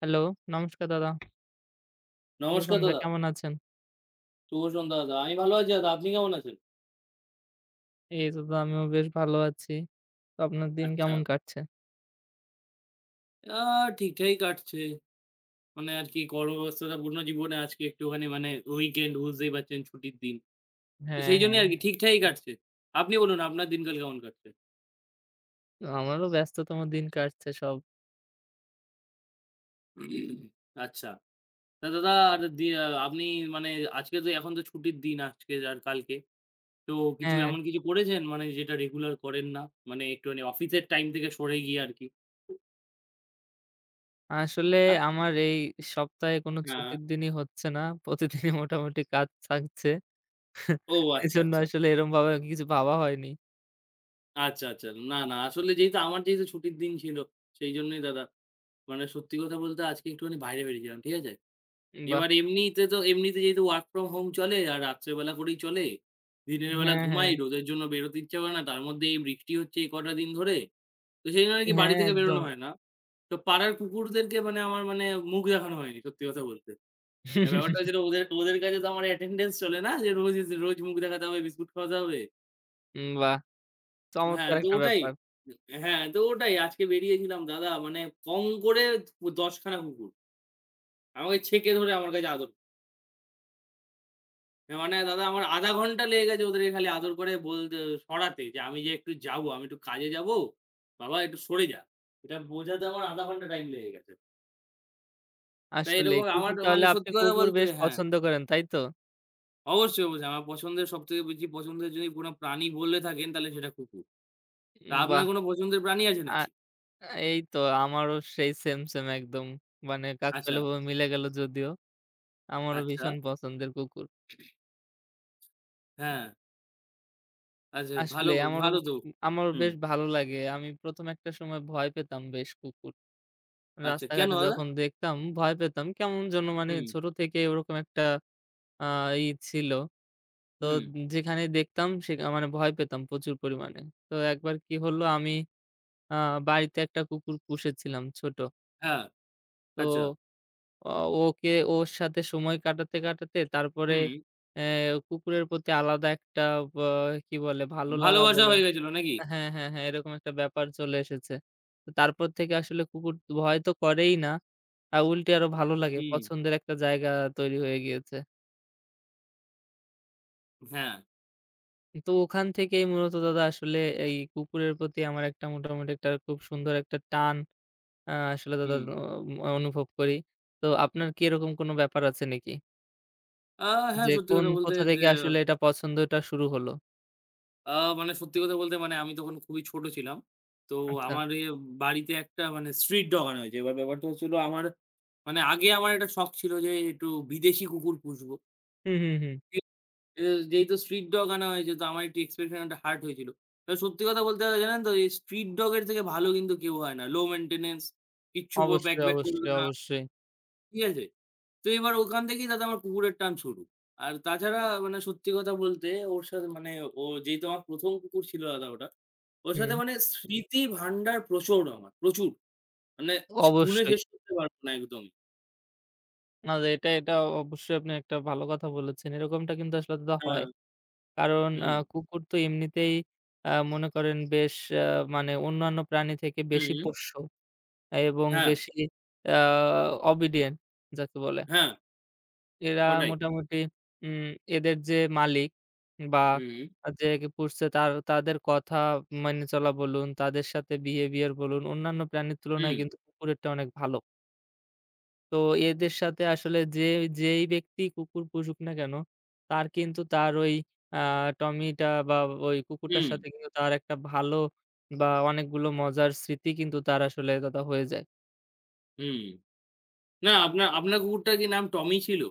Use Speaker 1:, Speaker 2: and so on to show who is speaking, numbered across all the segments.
Speaker 1: Hello, নমস্কার দাদা। শুভ
Speaker 2: নমস্কার
Speaker 1: সন্ধ্যা।
Speaker 2: দাদা,
Speaker 1: কেমন আছেন?
Speaker 2: শুভ সন্ধ্যা দাদা। আমি ভালো আছি দাদা। আপনি কেমন আছেন?
Speaker 1: এই তো দাদা আমিও বেশ ভালো আছি। তো আপনার দিন
Speaker 2: আচ্ছা।
Speaker 1: কেমন কাটছে?
Speaker 2: আ ঠিকঠাকই কাটছে। মানে আর কি কর্মব্যস্ততাপূর্ণ জীবনে আজকে একটুখানি মানে উইকেন্ড বুঝতেই পারছেন ছুটির দিন। তো
Speaker 1: হ্যাঁ,
Speaker 2: সেই
Speaker 1: হ্যাঁ,
Speaker 2: জন্যই আরকি ঠিকঠাকই
Speaker 1: হ্যাঁ।
Speaker 2: কাটছে। আপনি বলুন আপনার দিনকাল কেমন কাটছে?
Speaker 1: তো আমারও ব্যস্ততম দিন কাটছে সব।
Speaker 2: আচ্ছা। তা দাদা আর দি আপনি মানে আজকে তো এখন তো ছুটির দিন আজকে আর কালকে। তো কিছু
Speaker 1: হ্যাঁ,
Speaker 2: এমন কিছু করেছেন মানে যেটা রেগুলার করেন না? মানে একটুখানি অফিসের টাইম থেকে সরে গিয়ে আরকি?
Speaker 1: আসলে
Speaker 2: হ্যাঁ।
Speaker 1: আমার এই সপ্তাহে কোনো
Speaker 2: হ্যাঁ।
Speaker 1: ছুটির দিনই হচ্ছে না। প্রতিদিনই মোটামুটি কাজ থাকছে।
Speaker 2: ও আচ্ছা,
Speaker 1: এজন্য
Speaker 2: আচ্ছা।
Speaker 1: আসলে এরকমভাবে কিছু ভাবা হয়নি।
Speaker 2: আচ্ছা, আচ্ছা। না, না আসলে যেহেতু আমার যেহেতু ছুটির দিন ছিল, সেইজন্যই দাদা। মানে সত্যি কথা বলতে আজকে একটুখানি বাইরে বেরিয়েছিলাম, ঠিক আছে?
Speaker 1: বাহ!
Speaker 2: এবার এমনিতে তো এমনিতে যেহেতু ওয়ার্ক ফ্রম হোম চলে আর রাত্রে বেলা করেই চলে। দিনের বেলা
Speaker 1: হ্যাঁ, হ্যাঁ।
Speaker 2: ঘুমাই, রোদের জন্য বেরোতে ইচ্ছা করে না। তার মধ্যে এই বৃষ্টি হচ্ছে এই কটা দিন ধরে। তো সেই জন্য আরকি বাড়ি
Speaker 1: হ্যাঁ,
Speaker 2: থেকে
Speaker 1: একদম।
Speaker 2: বেরোনো হয় না। তো পাড়ার কুকুরদেরকে মানে আমার মানে মুখ দেখানো হয়নি সত্যি কথা বলতে। এবার ব্যাপারটা হচ্ছে ওদের ওদের কাছে তো আমার অ্যাটেন্ডেন্স চলে না যে রোজ, রোজ মুখ দেখাতে হবে, বিস্কুট খাওয়াতে হবে।
Speaker 1: বাহ!
Speaker 2: হ্যাঁ,
Speaker 1: চমৎকার
Speaker 2: তো
Speaker 1: একটা
Speaker 2: ওটাই।
Speaker 1: ব্যাপার।
Speaker 2: হ্যাঁ, তো ওটাই। আজকে বেরিয়েছিলাম দাদা মানে কম করে ১০ খানা কুকুর। আমাকে ছেঁকে ধরে আমার কাছে আদর মানে দাদা আমার ০.৫ ঘন্টা লেগে গেছে ওদের খালি আদর করে বলতে সরাতে যে আমি যে একটু যাবো, আমি একটু কাজে যাবো। বাবা একটু সরে যা। এটা বোঝাতে আমার ০.৫ ঘন্টা টাইম লেগে গেছে। তাই
Speaker 1: আসলেই
Speaker 2: এরকম আমার
Speaker 1: কুকুর তাহলে
Speaker 2: মানে
Speaker 1: আপনি
Speaker 2: সত্যি কথা
Speaker 1: কুকুর
Speaker 2: বলতে
Speaker 1: বেশ
Speaker 2: হ্যাঁ,
Speaker 1: পছন্দ করেন, তাই তো?
Speaker 2: অবশ্যই, অবশ্যই। আমার পছন্দের সবথেকে বেশি পছন্দের যদি কোনো প্রাণী বলে থাকেন তাহলে সেটা কুকুর। তা
Speaker 1: বাহ!
Speaker 2: আপনার কোনো পছন্দের প্রাণী আছে
Speaker 1: আ
Speaker 2: নাকি?
Speaker 1: আ এই তো আমারও সেম একদম। মানে
Speaker 2: আচ্ছা,
Speaker 1: কাকতালীয়ভাবে মিলে গেল যদিও। আমারও
Speaker 2: আচ্ছা।
Speaker 1: ভীষণ পছন্দের কুকুর।
Speaker 2: হ্যাঁ। আচ্ছা ভালো
Speaker 1: আসলে
Speaker 2: বল
Speaker 1: আমারও
Speaker 2: ভালো তো।
Speaker 1: আমারও
Speaker 2: হুম।
Speaker 1: বেশ ভালো লাগে। আমি ১ম একটা সময় ভয় পেতাম বেশ কুকুর।
Speaker 2: আচ্ছা কেন
Speaker 1: রাস্তাঘাটে
Speaker 2: দাদা?
Speaker 1: যখন দেখতাম ভয় পেতাম। কেমন যেন মানে
Speaker 2: হুম,
Speaker 1: ছোট থেকে ওরকম একটা আ ই ছিল। তো
Speaker 2: হুম।
Speaker 1: যেখানেই দেখতাম সে মানে ভয় পেতাম প্রচুর পরিমাণে। তো একবার কি হলো আমি আ বাড়িতে একটা কুকুর পুষেছিলাম ছোট।
Speaker 2: হ্যাঁ,
Speaker 1: তো
Speaker 2: আচ্ছা।
Speaker 1: অ ওকে ওর সাথে সময় কাটাতে, কাটাতে তারপরে
Speaker 2: হুম।
Speaker 1: অ্যা কুকুরের প্রতি আলাদা একটা বা কি বলে ভালো লাগা
Speaker 2: ভালোবাসা
Speaker 1: বলেন
Speaker 2: হয়ে গেছিল নাকি?
Speaker 1: হ্যাঁ, হ্যাঁ, হ্যাঁ, এরকম একটা ব্যাপার চলে এসেছে। তো তারপর থেকে আসলে কুকুর ভয় তো করেই না। আর উল্টে আরো ভালো লাগে।
Speaker 2: হুম,
Speaker 1: পছন্দের একটা জায়গা তৈরি হয়ে গিয়েছে।
Speaker 2: হ্যাঁ,
Speaker 1: তো ওখান থেকেই মূলত দাদা আসলে এই কুকুরের প্রতি আমার একটা মোটামুটি একটা খুব সুন্দর একটা টান আসলে দাদা
Speaker 2: হুম।
Speaker 1: অনুভব করি। তো আপনার কি এরকম কোনো ব্যাপার আছে নাকি?
Speaker 2: আ হ্যাঁ,
Speaker 1: যে
Speaker 2: সত্যি
Speaker 1: কোন
Speaker 2: কথা বলতে
Speaker 1: কোথা থেকে
Speaker 2: যে
Speaker 1: আসলে এটা পছন্দটা শুরু হলো?
Speaker 2: আ মানে সত্যি কথা বলতে মানে আমি তখন খুবই ছোট ছিলাম। তো
Speaker 1: আচ্ছা।
Speaker 2: আমার ইয়ে বাড়িতে একটা মানে স্ট্রিট ডগ আনা হয়েছে। এবার ব্যাপারটা হচ্ছিল আমার মানে আগে আমার একটা শখ ছিল যে একটু বিদেশি কুকুর পুষবো।
Speaker 1: হুম, হুম, হুম।
Speaker 2: এ যেহেতু স্ট্রিট ডগ আনা হয়েছে তো আমার একটু এক্সপেকশনটা হার্ট হয়েছিল। তো সত্যি কথা বলতে গেলে জানেন তো এই স্ট্রিট ডগ এর থেকে ভালো কিন্তু কেউ হয় না। লো মেইনটেন্যান্স কিচ্ছু ব ব্যাক
Speaker 1: অবশ্যই,
Speaker 2: ব্যাক করবে
Speaker 1: অবশ্যই,
Speaker 2: না।
Speaker 1: অবশ্যই।
Speaker 2: ঠিক আছে? তো এবার ওখান থেকেই দাদা আমার কুকুরের টান শুরু। আর তাছাড়া মানে সত্যি কথা বলতে ওর সাথে মানে ও যেহেতু আমার ১ম কুকুর ছিল দাদা ওটা। ওর সাথে
Speaker 1: হুম,
Speaker 2: মানে স্মৃতি ভান্ডার প্রচুর আমার, প্রচুর। মানে স গুণে
Speaker 1: অবশ্যই।
Speaker 2: শেষ করতে পারব না একদমই।
Speaker 1: না যে এটা, এটা অবশ্যই আপনি একটা ভালো কথা বলেছেন। এরকমটা কিন্তু আসলে দাদা হয়।
Speaker 2: হ্যাঁ,
Speaker 1: কারণ
Speaker 2: হুম,
Speaker 1: কুকুর তো এমনিতেই মনে করেন বেশ আ মানে অন্যান্য প্রাণী থেকে বেশি
Speaker 2: হুম,
Speaker 1: পোষ্য এবং
Speaker 2: হ্যাঁ,
Speaker 1: বেশি আ obedient যাকে বলে।
Speaker 2: হ্যাঁ,
Speaker 1: এরা
Speaker 2: ওটাই।
Speaker 1: মোটামুটি উম এদের যে মালিক বা
Speaker 2: হুম,
Speaker 1: যে পুষছে তার তাদের কথা মেনে চলা বলুন, তাদের সাথে বিহেভিয়ার বলুন, অন্যান্য প্রাণীর তুলনায়
Speaker 2: হুম,
Speaker 1: কিন্তু কুকুরেরটা অনেক ভালো। তো এদের সাথে আসলে যে যেই ব্যক্তি কুকুর পুষুক না কেন, তার কিন্তু তার ওই আ টমিটা বা ওই কুকুরটার
Speaker 2: হুম,
Speaker 1: সাথে কিন্তু তার একটা ভালো বা অনেকগুলো মজার স্মৃতি কিন্তু তার আসলে দাদা হয়ে যায়।
Speaker 2: হুম। না, আপনার আপনার কুকুরটার কি নাম টমি ছিল?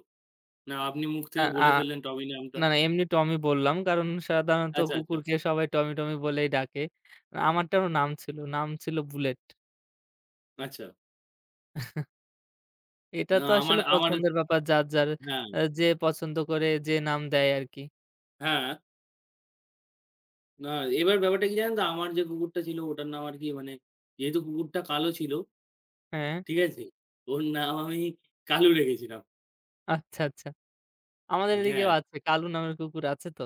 Speaker 2: না আপনি মুখ
Speaker 1: আ
Speaker 2: থেকে
Speaker 1: আ
Speaker 2: বলে ফেললেন টমি নামটা?
Speaker 1: না, না এমনি টমি বললাম। কারণ সাধারণত
Speaker 2: আচ্ছা, আচ্ছা,
Speaker 1: কুকুরকে সবাই টমি, টমি বলেই ডাকে। আমারটারও নাম ছিল। নাম ছিল বুলেট।
Speaker 2: আচ্ছা।
Speaker 1: এটা
Speaker 2: আ
Speaker 1: তো
Speaker 2: আমার
Speaker 1: আসলে
Speaker 2: আমার
Speaker 1: পছন্দের ব্যাপার যার, যার
Speaker 2: হ্যাঁ,
Speaker 1: যে পছন্দ করে যে নাম দেয় আরকি।
Speaker 2: হ্যাঁ। না এবার ব্যাপারটা কি জানেন তো? আমার যে কুকুরটা ছিল ওটার নাম আর কি মানে যেহেতু কুকুরটা কালো ছিল,
Speaker 1: হ্যাঁ,
Speaker 2: ঠিক আছে? ওর নাম আমি কালু রেখেছিলাম।
Speaker 1: আচ্ছা, আচ্ছা। আমাদের এদিকেও
Speaker 2: হ্যাঁ,
Speaker 1: আছে। কালু নামের কুকুর আছে তো।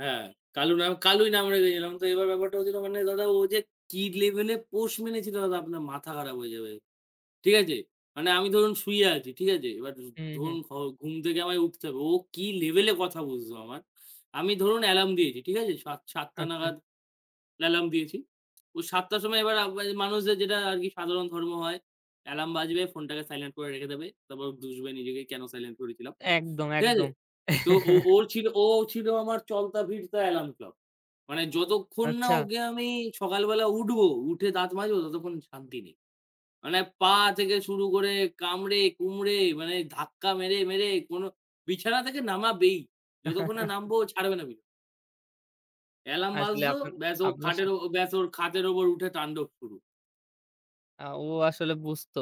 Speaker 2: হ্যাঁ। কালু নাম কালুই নাম রেখেছিলাম। তো এবার ব্যাপারটা হয়েছিল মানে দাদা ও যে কি লেভেলে পোষ মেনেছিল দাদা আপনার মাথা খারাপ হয়ে যাবে। ঠিক আছে? মানে আমি ধরুন শুয়ে আছি, ঠিক আছে? এবার
Speaker 1: হুম,
Speaker 2: ধরুন
Speaker 1: হুম।
Speaker 2: ঘ ঘুম থেকে আমায় উঠতে হবে। ও কি লেভেলে কথা বুঝতো আমার। আমি ধরুন অ্যালার্ম দিয়েছি, ঠিক আছে? ৭ টা
Speaker 1: আচ্ছা।
Speaker 2: নাগাদ অ্যালার্ম দিয়েছি। ও ৭ টার সময় এবার মানে মানুষদের যেটা আরকি সাধারণ ধর্ম হয়, অ্যালার্ম বাজবে, ফোনটাকে সাইলেন্ট করে রেখে দেবে। তারপর দুষবে নিজেকে কেন সাইলেন্ট করেছিলাম।
Speaker 1: একদম,
Speaker 2: ঠিক আছে?
Speaker 1: একদম।
Speaker 2: তো ও ওর ছিল ও ছিল আমার চলতা-ফিরতা অ্যালার্ম ক্লক। মানে যতক্ষণ না
Speaker 1: আচ্ছা।
Speaker 2: ওকে আমি সকালবেলা উঠবো, উঠে দাঁত মাজবো ততক্ষণ শান্তি নেই। মানে পা থেকে শুরু করে কামড়ে কুমড়ে মানে ধাক্কা মেরে, মেরে কোনো বিছানা থেকে নামাবেই। যতক্ষণ না নামবো ও ছাড়বে না বিছানা। অ্যালার্ম
Speaker 1: আসলে
Speaker 2: বাজলো
Speaker 1: আপনার
Speaker 2: ব্যাস ও
Speaker 1: আপনার
Speaker 2: খাটের ও
Speaker 1: সাথে
Speaker 2: ব্যাস ওর খাটের উপর উঠে তাণ্ডব শুরু।
Speaker 1: ও আসলে বুঝতো।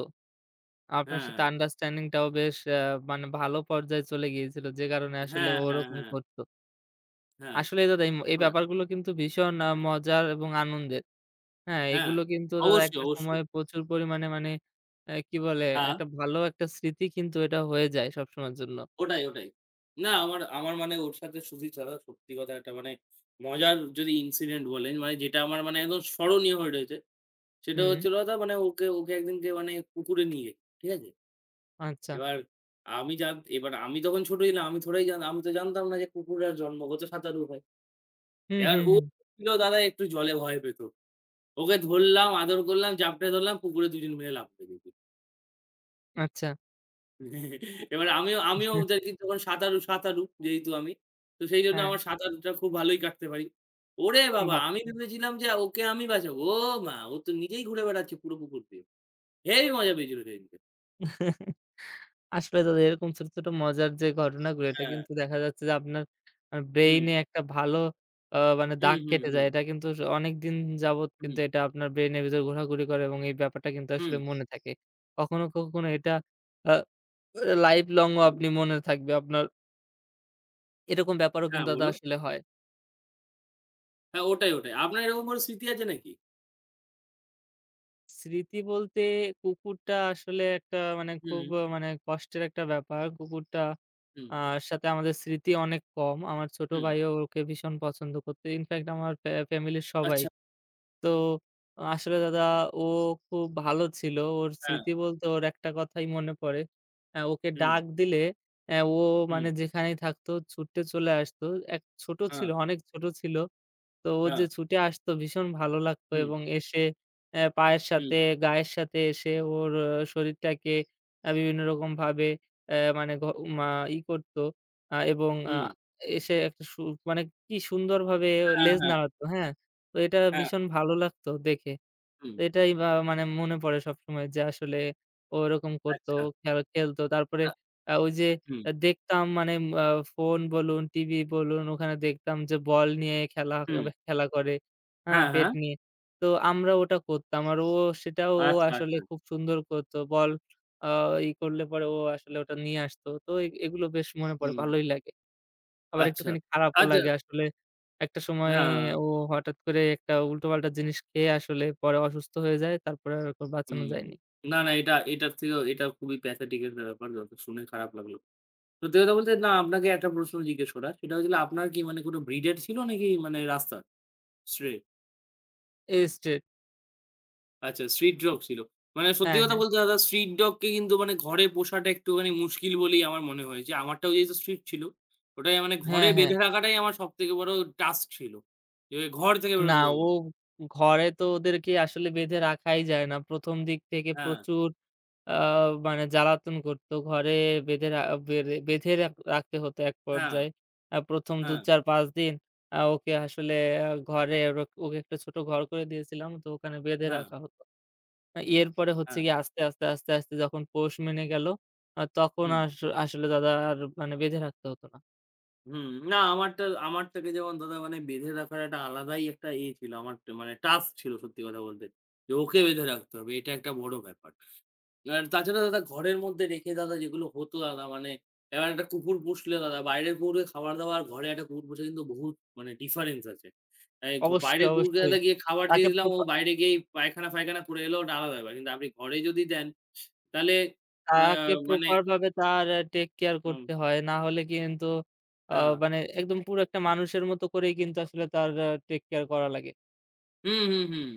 Speaker 1: আপনার
Speaker 2: হ্যাঁ,
Speaker 1: সাথে আন্ডারস্ট্যান্ডিং টাও বেশ মানে ভালো পর্যায়ে চলে গিয়েছিল। যে কারণে আসলে
Speaker 2: হ্যাঁ,
Speaker 1: ও
Speaker 2: হ্যাঁ,
Speaker 1: ওরকম
Speaker 2: হ্যাঁ,
Speaker 1: করত।
Speaker 2: হ্যাঁ,
Speaker 1: আসলেই দাদা এই
Speaker 2: হ্যাঁ,
Speaker 1: ব্যাপারগুলো কিন্তু ভীষণ মজার এবং আনন্দের। হ্যাঁ,
Speaker 2: হ্যাঁ।
Speaker 1: এগুলো কিন্তু দাদা
Speaker 2: অবশ্যই,
Speaker 1: একটা
Speaker 2: অবশ্যই।
Speaker 1: সময়ে প্রচুর পরিমাণে মানে কি বলে?
Speaker 2: হ্যাঁ,
Speaker 1: একটা ভালো একটা স্মৃতি কিন্তু এটা হয়ে যায় সবসময়ের জন্য।
Speaker 2: ওটাই, ওটাই। না আমার আমার মানে ওর সাথে সুধি ছাড়া সত্যি কথা একটা মানে মজার যদি ইনসিডেন্ট বলেন মানে যেটা আমার মানে একদম স্মরণীয় হয়ে রয়েছে। সেটা
Speaker 1: হুম,
Speaker 2: হচ্ছিল কথা মানে ওকে ওকে একদিনকে মানে পুকুরে নিয়ে গেছি, ঠিক আছে?
Speaker 1: আচ্ছা।
Speaker 2: এবার আমি জান এবার আমি যখন ছোট ছিলাম আমি থোড়াই জান আমি তো জানতাম না যে কুকুররা জন্মগত সাঁতারু হয়।
Speaker 1: হুম,
Speaker 2: এবার
Speaker 1: হুম,
Speaker 2: ও
Speaker 1: হুম।
Speaker 2: ছিল দাদা একটু জলে ভয় পেত। ওকে ধরলাম, আদর করলাম, ঝাপটে ধরলাম পুকুরে দুজন মিলে লাফ দিয়ে দিয়েছি।
Speaker 1: আচ্ছা।
Speaker 2: এবার আমিও আমিও ওদেরকে তখন সাঁতারু, সাঁতারু যেহেতু আমি। তো সেই জন্য
Speaker 1: হ্যাঁ,
Speaker 2: আমার সাঁতারটা খুব ভালোই কাটতে পারি। ওরে বাবা! আমি ভেবেছিলাম যে ওকে আমি বাঁচাবো। ও মা! ও তো নিজেই ঘুরে বেড়াচ্ছে পুরো পুকুর দিয়ে। হেবি মজা পেয়েছিল সেদিনকে।
Speaker 1: বাহ! আসলে দাদা এরকম ছোট, ছোট মজার যে ঘটনাগুলো এটা
Speaker 2: হ্যাঁ।
Speaker 1: কিন্তু দেখা যাচ্ছে যে আপনার
Speaker 2: হুম।
Speaker 1: ব্রেইনে একটা ভালো মানে
Speaker 2: হুম,
Speaker 1: দাগ
Speaker 2: হুম,
Speaker 1: কেটে যায়।
Speaker 2: হুম,
Speaker 1: এটা কিন্তু অনেকদিন যাবৎ কিন্তু এটা আপনার ব্রেইনের ভিতর ঘোরাঘুরি করে এবং এই ব্যাপারটা কিন্তু আসলে
Speaker 2: হুম,
Speaker 1: মনে থাকে। কখনো, কখনো এটা আ লাইফ লং ও
Speaker 2: হুম।
Speaker 1: আপনি মনে থাকবে। আপনার এরকম ব্যাপারও
Speaker 2: হ্যাঁ,
Speaker 1: কিন্তু দাদা
Speaker 2: বলুন।
Speaker 1: আসলে হয়।
Speaker 2: হ্যাঁ, ওটাই, ওটাই। আপনার এরকম কোনো স্মৃতি আছে নাকি?
Speaker 1: স্মৃতি বলতে কুকুরটা আসলে একটা মানে খুব
Speaker 2: হুম,
Speaker 1: আহ, মানে কষ্টের একটা ব্যাপার। কুকুরটা
Speaker 2: হুম,
Speaker 1: আ সাথে আমাদের স্মৃতি অনেক কম। আমার ছোট
Speaker 2: হুম।
Speaker 1: ভাইও ওকে ভীষণ পছন্দ করত। ইনফ্যাক্ট আমার ফ্যামিলির সবাই।
Speaker 2: আচ্ছা,
Speaker 1: তো আসলে দাদা ও খুব ভালো ছিল। ওর
Speaker 2: হ্যাঁ,
Speaker 1: স্মৃতি বলতে ওর একটা কথাই মনে পড়ে। ওকে
Speaker 2: হুম,
Speaker 1: ডাক দিলে ও
Speaker 2: হুম,
Speaker 1: মানে যেখানেই থাকতো ছুটে চলে আসতো। এক ছোট
Speaker 2: হ্যাঁ,
Speaker 1: ছিল, অনেক ছোট ছিল। তো ও যে
Speaker 2: হ্যাঁ,
Speaker 1: ছুটে আসতো ভীষণ ভালো লাগতো
Speaker 2: হুম,
Speaker 1: এবং এসে পায়ের
Speaker 2: হুম,
Speaker 1: সাথে, গায়ের সাথে এসে ওর শরীরটাকে বিভিন্ন রকমভাবে মানে ঘ মা ই করতো এবং
Speaker 2: হুম।
Speaker 1: এসে একটা মানে কি সুন্দরভাবে
Speaker 2: হ্যাঁ,
Speaker 1: লেজ
Speaker 2: হ্যাঁ,
Speaker 1: নাড়াতো, হ্যাঁ? তো এটা
Speaker 2: হ্যাঁ,
Speaker 1: ভীষণ ভালো লাগতো দেখে।
Speaker 2: হুম,
Speaker 1: তো এটাই বা মানে মনে পড়ে সবসময় যে আসলে ও এরকম করতো,
Speaker 2: আচ্ছা,
Speaker 1: খেল খেলতো। তারপরে
Speaker 2: আ
Speaker 1: ওই যে
Speaker 2: হুম,
Speaker 1: দেখতাম মানে আ ফোন বলুন, টিভি বলুন ওখানে দেখতাম যে বল নিয়ে খেলা
Speaker 2: হুম,
Speaker 1: খেলা করে, হ্যাঁ?
Speaker 2: হ্যাঁ,
Speaker 1: পেট
Speaker 2: হ্যাঁ,
Speaker 1: নিয়ে। তো আমরা ওটা করতাম। আর ও সেটাও ও
Speaker 2: আচ্ছা,
Speaker 1: আসলে
Speaker 2: আচ্ছা,
Speaker 1: খুব সুন্দর করতো। বল আ ই করলে পরে ও আসলে ওটা নিয়ে আসতো। তো এগুলো বেশ মনে পড়ে,
Speaker 2: হুম,
Speaker 1: ভালোই লাগে। আবার
Speaker 2: আচ্ছা,
Speaker 1: একটুখানি খারাপও
Speaker 2: আচ্ছা,
Speaker 1: লাগে আসলে। একটা সময়ে
Speaker 2: হ্যাঁ,
Speaker 1: ও হঠাৎ করে একটা উল্টোপাল্টা জিনিস খেয়ে আসলে পরে অসুস্থ হয়ে যায়। তারপরে আর ওকে বাঁচানো
Speaker 2: হুম।
Speaker 1: যায়নি।
Speaker 2: না, না, এটা এটার থেকেও এটা খুবই প্যাথেটিক একটা ব্যাপার যথ শুনে খারাপ লাগলো। সত্যি কথা বলতে না আপনাকে একটা প্রশ্ন জিজ্ঞেস করার। সেটা হচ্ছিল আপনার কি মানে কোনো ব্রিডের ছিল নাকি মানে রাস্তার? স্ট্রে?
Speaker 1: স্ট্রেইট
Speaker 2: আচ্ছা স্ট্রিট ডগ ছিল। মানে সত্যি
Speaker 1: হ্যাঁ,
Speaker 2: কথা
Speaker 1: হ্যাঁ।
Speaker 2: বলতে দাদা স্ট্রিট ডগকে কিন্তু মানে ঘরে পোষাটা একটুখানি মুশকিল বলেই আমার মনে হয় যে আমারটাও যেহেতু স্ট্রিট ছিল, ওটাই মানে
Speaker 1: হ্যাঁ,
Speaker 2: ঘরে
Speaker 1: হ্যাঁ।
Speaker 2: বেঁধে রাখাটাই আমার সবথেকে বড় টাস্ক ছিল। যে ওই ঘর থেকে
Speaker 1: না
Speaker 2: বেরোতে দেব
Speaker 1: ও
Speaker 2: না।
Speaker 1: ঘরে তো ওদেরকে আসলে বেঁধে রাখাই যায় না। প্রথম দিক থেকে
Speaker 2: হ্যাঁ,
Speaker 1: প্রচুর আ মানে জ্বালাতন করত। ঘরে বেঁধে রা বেঁধে বেঁধে রাখতে হতো এক
Speaker 2: হ্যাঁ,
Speaker 1: পর্যায়ে। প্রথম ২,
Speaker 2: হ্যাঁ,
Speaker 1: ৪, ৫ দিন ওকে আসলে আ ঘরে ওর ওকে একটা ছোট ঘর করে দিয়েছিলাম। তো ওখানে বেঁধে
Speaker 2: হ্যাঁ,
Speaker 1: রাখা হতো। এরপরে হচ্ছে
Speaker 2: হ্যাঁ।
Speaker 1: গিয়ে আস্তে, আস্তে, আস্তে, আস্তে যখন পোষ মেনে গেল, তখন
Speaker 2: হুম,
Speaker 1: আসলে দাদা আর মানে বেঁধে রাখতে হতো না।
Speaker 2: হুম। না আমারটা আমারটাকে যেমন দাদা মানে বেঁধে রাখার একটা আলাদাই একটা ইয়ে ছিল। আমার মানে টাস্ক ছিল সত্যি কথা বলতে। যে ওকে বেঁধে রাখতে হবে। এটা একটা বড় ব্যাপার। এবার তাছাড়া দাদা ঘরের মধ্যে রেখে দাদা যেগুলো হতো দাদা মানে এবার একটা কুকুর পুষলে দাদা বাইরের কুকুরের খাবার দাবার আর ঘরে একটা কুকুর পুষে কিন্তু বহুত মানে ডিফারেন্স আছে। এই ঘ বাইরে
Speaker 1: অবশ্যই,
Speaker 2: কুকুরকে
Speaker 1: অবশ্যই।
Speaker 2: দাদা গিয়ে খাবার দিয়ে
Speaker 1: তাকে
Speaker 2: দিলাম ও
Speaker 1: প্রপা
Speaker 2: বাইরে গিয়েই পায়খানা ফায়খানা করে এলো ওটা আলাদা ব্যাপার। কিন্তু আপনি ঘরে যদি দেন তাহলে আ
Speaker 1: তাকে
Speaker 2: মানে
Speaker 1: প্রপার ভাবে তার টেক কেয়ার
Speaker 2: উম
Speaker 1: করতে হয়। না হলে কিন্তু আ
Speaker 2: হ্যাঁ।
Speaker 1: মানে একদম পুরো একটা মানুষের মতো করেই কিন্তু আসলে তার টেক কেয়ার করা লাগে।
Speaker 2: হুম, হুম, হুম,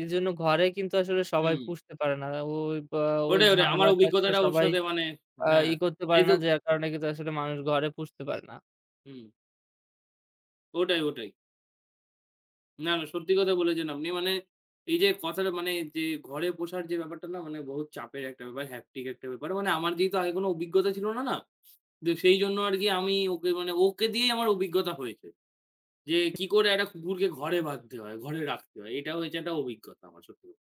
Speaker 1: এজন্য ঘরে কিন্তু আসলে সবাই
Speaker 2: হুম।
Speaker 1: পুষতে পারে না। ওই বা ওই
Speaker 2: ওটাই, ওটাই। আমার
Speaker 1: ঝামেলাটা আসলে
Speaker 2: অভিজ্ঞতাটা ওর
Speaker 1: সবাই
Speaker 2: সাথে মানে
Speaker 1: আ
Speaker 2: হ্যাঁ।
Speaker 1: ই করতে পারে
Speaker 2: এই
Speaker 1: না।
Speaker 2: তো
Speaker 1: যার কারণে কিন্তু আসলে মানুষ ঘরে পুষতে পারে না।
Speaker 2: হুম, ওটাই, ওটাই। না, না সত্যি কথা বলেছেন আপনি। মানে এই যে কথাটা মানে যে ঘরে বসার যে ব্যাপারটা না মানে বহুত চাপের একটা ব্যাপার, হ্যাপটিক একটা ব্যাপার। মানে আমার যেহেতু আগে কোনো অভিজ্ঞতা ছিল না, না? তো সেই জন্য আরকি আমি ওকে মানে ওকে দিয়েই আমার অভিজ্ঞতা হয়েছে। যে কি করে একটা কুকুরকে ঘরে বাঁধতে হয়, ঘরে রাখতে হয়। এটা হয়েছে একটা অভিজ্ঞতা আমার সত্যি কথা।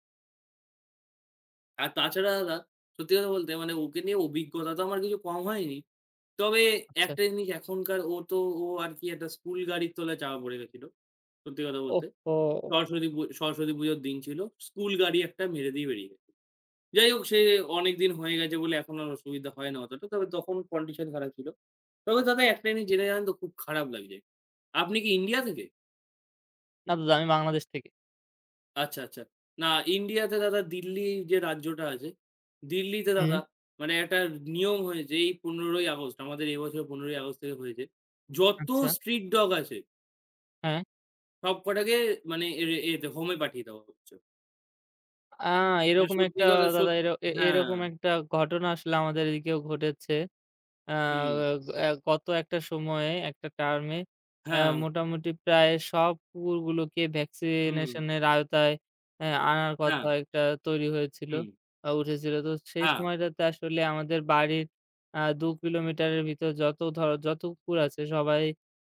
Speaker 2: আর তাছাড়া দাদা সত্যি কথা বলতে মানে ওকে নিয়ে অভিজ্ঞতা তো আমার কিছু কম হয়নি। তবে
Speaker 1: আচ্ছা।
Speaker 2: একটা জিনিস এখনকার ও তো ও আরকি একটা স্কুল গাড়ির তলায় চাপা পড়ে গেছিল। সত্যি কথা বলতে।
Speaker 1: ওহহো!
Speaker 2: সরস্বতী পু সরস্বতী পুজোর দিন ছিল। স্কুল গাড়ি একটা মেরে দিয়ে বেরিয়ে গেছে। যাই হোক সে অনেকদিন হয়ে গেছে বলে এখন আর অসুবিধা হয় না অতটা। তবে তখন কন্ডিশন খারাপ ছিল। তবে দাদা একটা জিনিস জেনে জানেন তো খুব খারাপ লাগছে। আপনি কি ইন্ডিয়া থেকে?
Speaker 1: না দাদা আমি বাংলাদেশ থেকে।
Speaker 2: আচ্ছা, আচ্ছা। না ইন্ডিয়াতে দাদা দিল্লি যে রাজ্যটা আছে, দিল্লিতে
Speaker 1: হুম।
Speaker 2: দাদা মানে একটা নিয়ম হয়েছে এই ১৫ ই আগস্ট আমাদের এবছর ১৫ ই আগস্ট থেকে হয়েছে। যত
Speaker 1: আচ্ছা,
Speaker 2: স্ট্রিট ডগ আছে
Speaker 1: হ্যাঁ।
Speaker 2: সব কটাকে মানে এর এতে হোমে পাঠিয়ে দেওয়া হচ্ছে।
Speaker 1: আ
Speaker 2: মানে
Speaker 1: এরকম
Speaker 2: সত্যি
Speaker 1: একটা
Speaker 2: কথা
Speaker 1: দাদা
Speaker 2: সত
Speaker 1: এর এ
Speaker 2: হ্যাঁ,
Speaker 1: এরকম একটা ঘটনা আসলে আমাদের এদিকেও ঘটেছে। আ
Speaker 2: হু।
Speaker 1: আ গত একটা সময়ে একটা টার্মে
Speaker 2: হ্যাঁ,
Speaker 1: মোটামুটি প্রায় সব কুকুরগুলোকে
Speaker 2: হুম,
Speaker 1: ভ্যাকসিনেশনের আওতায় আনার
Speaker 2: হ্যাঁ,
Speaker 1: কথা একটা তৈরি হয়েছিল
Speaker 2: হুম,
Speaker 1: উঠেছিল। তো সেই
Speaker 2: হ্যাঁ,
Speaker 1: সময়টাতে আসলে আমাদের বাড়ির ২ কিলোমিটারের ভিতর যত কুকুর আছে সবাই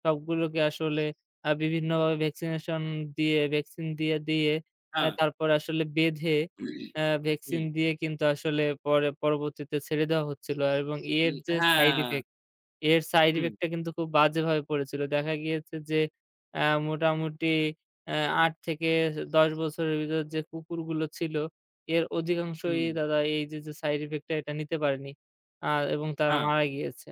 Speaker 1: সবগুলোকে আসলে বিভিন্নভাবে ভ্যাকসিনেশন দিয়ে ভ্যাকসিন দিয়ে, দিয়ে অ্যা
Speaker 2: হ্যাঁ,
Speaker 1: তারপর আসলে বেঁধে
Speaker 2: হুম,
Speaker 1: অ্যা ভ্যাকসিন
Speaker 2: হুম,
Speaker 1: দিয়ে কিন্তু আসলে পরে পরবর্তীতে ছেড়ে দেওয়া হচ্ছিল এবং এর যে সাইড
Speaker 2: হ্যাঁ,
Speaker 1: ইফেক্ট, এর সাইড
Speaker 2: হুম,
Speaker 1: ইফেক্ট টা কিন্তু খুব বাজেভাবে পড়েছিল। দেখা গিয়েছে যে মোটামুটি অ্যা ৮ থেকে ১০ বছরের ভিতর যে কুকুরগুলো ছিল, এর অধিকাংশই
Speaker 2: হুম,
Speaker 1: দাদা এই যে, যে সাইড ইফেক্ট টা এটা নিতে পারেনি। এবং তারা
Speaker 2: হ্যাঁ।
Speaker 1: মারা গিয়েছে।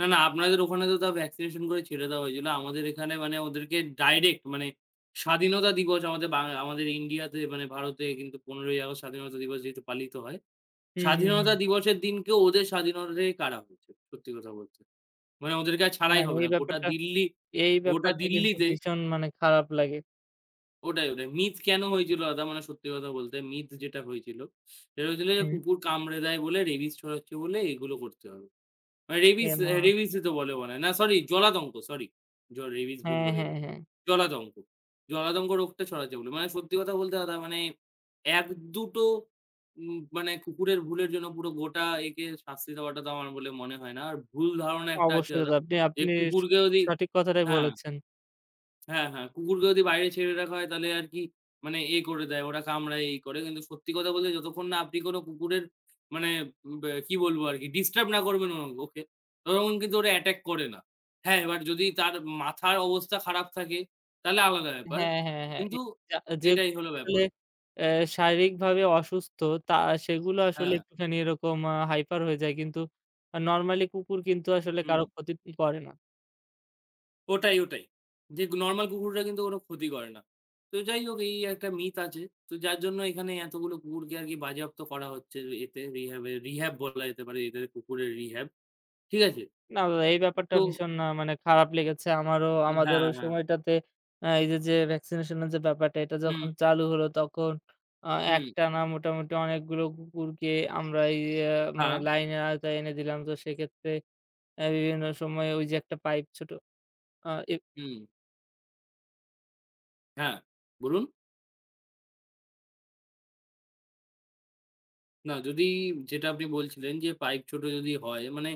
Speaker 2: না, না আপনাদের ওখানে তো তাও ভ্যাকসিনেশন করে ছেড়ে দেওয়া হয়েছিল। আমাদের এখানে মানে ওদেরকে ডাইরেক্ট মানে স্বাধীনতা দিবস আমাদের বাং আমাদের ইন্ডিয়াতে মানে ভারতে কিন্তু ১৫ই আগস্ট স্বাধীনতা দিবস যেহেতু পালিত হয়।
Speaker 1: হুম, হুম,
Speaker 2: স্বাধীনতা
Speaker 1: হুম।
Speaker 2: দিবসের দিনকে ওদের স্বাধীনতা থেকে কারা হয়েছে সত্যি কথা বলতে। মানে ওদেরকে আর
Speaker 1: না
Speaker 2: ছাড়াই হবে
Speaker 1: এই
Speaker 2: না। গোটা
Speaker 1: ব্যাপারটা
Speaker 2: দিল্লি
Speaker 1: এই
Speaker 2: গোটা
Speaker 1: ব্যাপারটা কিন্তু
Speaker 2: দিল্লিতে
Speaker 1: ভীষণ মানে খারাপ লাগে।
Speaker 2: ওটাই, ওটাই। মিথ কেন হয়েছিল দাদা? মানে সত্যি কথা বলতে মিথ যেটা হয়েছিল, সেটা হয়েছিল যে
Speaker 1: হুম,
Speaker 2: কুকুর কামড়ে দেয় বলে রেবিস ছড়াচ্ছে বলে এগুলো করতে হবে। মানে রেবিস
Speaker 1: এর মা
Speaker 2: রেবিসই তো বলে মনে হয়। না সরি জলাতঙ্ক সরি। জ রেবিস ভুল
Speaker 1: হ্যাঁ,
Speaker 2: বলে
Speaker 1: হ্যাঁ,
Speaker 2: দিলাম।
Speaker 1: হ্যাঁ।
Speaker 2: জলাতঙ্ক। জলাতঙ্ক রোগটা ছড়াচ্ছে বলে। মানে সত্যি কথা বলতে দাদা মানে ১-২ মানে কুকুরের ভুলের জন্য পুরো গোটা একে শাস্তি দেওয়াটা তো আমার বলে মনে হয় না। আর ভুল ধারণা একটা আছে
Speaker 1: অবশ্যই
Speaker 2: দাদা।
Speaker 1: দাদা। আপনি
Speaker 2: যে
Speaker 1: আপনি স
Speaker 2: কুকুরকে যদি
Speaker 1: সঠিক কথাটাই
Speaker 2: হ্যাঁ।
Speaker 1: বলেছেন।
Speaker 2: হ্যাঁ, হ্যাঁ। কুকুরকে যদি বাইরে ছেড়ে রাখা হয় তাহলে আর কি মানে এ করে দেয়, ওরা কামড়ায় এই করে। কিন্তু সত্যি কথা বলতে যতক্ষণ না আপনি কোনো কুকুরের মানে ব্যা কি বলবো আরকি ডিস্টার্ব না করবেন ও ওকে, ততক্ষণ কিন্তু ওরা অ্যাটাক করে না। হ্যাঁ, এবার যদি তার মাথার অবস্থা খারাপ থাকে তাহলে আলাদা ব্যাপার।
Speaker 1: হ্যাঁ, হ্যাঁ, হ্যাঁ। এ
Speaker 2: কিন্তু
Speaker 1: যা
Speaker 2: এটাই
Speaker 1: যেগুলো
Speaker 2: হলো
Speaker 1: আসলে
Speaker 2: ব্যাপার।
Speaker 1: অ্যা শারীরিকভাবে অসুস্থ তা সেগুলো আসলে
Speaker 2: হ্যাঁ,
Speaker 1: একটুখানি এরকম হাইপার হয়ে যায়। কিন্তু নরমালি কুকুর কিন্তু আসলে
Speaker 2: হুম।
Speaker 1: কারো ক্ষতি করে না।
Speaker 2: ওটাই, ওটাই। যে নরমাল কুকুররা কিন্তু কোনো ক্ষতি করে না। তো যাই হোক এই একটা মিথ আছে। তো যার জন্য এখানে এতগুলো কুকুরকে আরকি বাজেয়াপ্ত করা হচ্ছে এতে রিহ্যাব এ রিহ্যাব বলা যেতে পারে এদের কুকুরের রিহ্যাব। ঠিক আছে?
Speaker 1: না দাদা এই ব্যাপারটা
Speaker 2: তো
Speaker 1: ভীষণ মানে খারাপ লেগেছে। আমারও আমাদের
Speaker 2: হ্যাঁ,
Speaker 1: ওই
Speaker 2: হ্যাঁ।
Speaker 1: সময়টাতে আ এই যে, যে ভ্যাকসিনেশন এর যে ব্যাপারটা এটা
Speaker 2: হুম,
Speaker 1: যখন চালু হলো তখন আ
Speaker 2: হুম।
Speaker 1: একটানা মোটামুটি অনেকগুলো কুকুরকে আমরা এই আ মানে
Speaker 2: হ্যাঁ,
Speaker 1: লাইনের আওতায় এনে দিলাম। তো সেক্ষেত্রে বিভিন্ন সময়ে ওই যে একটা পাইপ ছোট আ এ
Speaker 2: হুম। হ্যাঁ, বলুন? না যদি যেটা আপনি বলছিলেন যে পাইপ ছোট যদি হয় মানে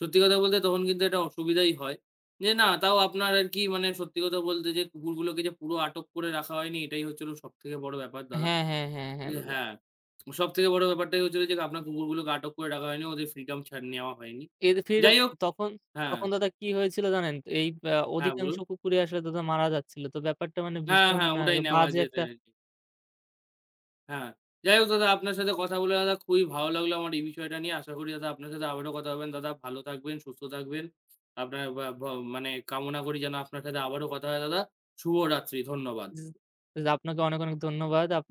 Speaker 2: সত্যি কথা বলতে তখন কিন্তু একটা অসুবিধাই হয়। যে না তাও আপনার আর কি মানে সত্যি কথা বলতে যে কুকুরগুলোকে যে পুরো আটক করে রাখা হয়নি এটাই হচ্ছিল সবথেকে বড় ব্যাপার দাদা।
Speaker 1: হ্যাঁ, হ্যাঁ, হ্যাঁ, হ্যাঁ
Speaker 2: যে
Speaker 1: দাদা।
Speaker 2: হ্যাঁ, সবথেকে বড় ব্যাপারটাই হচ্ছিল যে আপনার কুকুরগুলোকে আটক করে রাখা হয়নি, ওদের ফ্রিডম ছাড় নেওয়া হয়নি।
Speaker 1: এর ফির
Speaker 2: যাই হোক
Speaker 1: তখন,
Speaker 2: হ্যাঁ,
Speaker 1: তখন দাদা কি হয়েছিল জানেন? তো, এই
Speaker 2: হ্যাঁ
Speaker 1: অধিকাংশ
Speaker 2: বলুন।
Speaker 1: কুকুরই আসলে দাদা মারা যাচ্ছিল। তো ব্যাপারটা মানে
Speaker 2: হ্যাঁ,
Speaker 1: ভীষণ
Speaker 2: হ্যাঁ ওটাই নেওয়া
Speaker 1: বাজে
Speaker 2: যেতে
Speaker 1: একটা
Speaker 2: হ্যাঁ। যাই হোক দাদা আপনার সাথে কথা বলে দাদা খুবই ভালো লাগলো আমার এই বিষয়টা নিয়ে। আশা করি দাদা আপনার সাথে আবারও কথা হবেন। দাদা ভালো থাকবেন, সুস্থ থাকবেন। আপনার বা ভ মানে কামনা করি যেন আপনার সাথে আবারও কথা হয় দাদা। শুভরাত্রি। ধন্যবাদ।
Speaker 1: জি, জি আপনাকে অনেক, অনেক ধন্যবাদ। আপ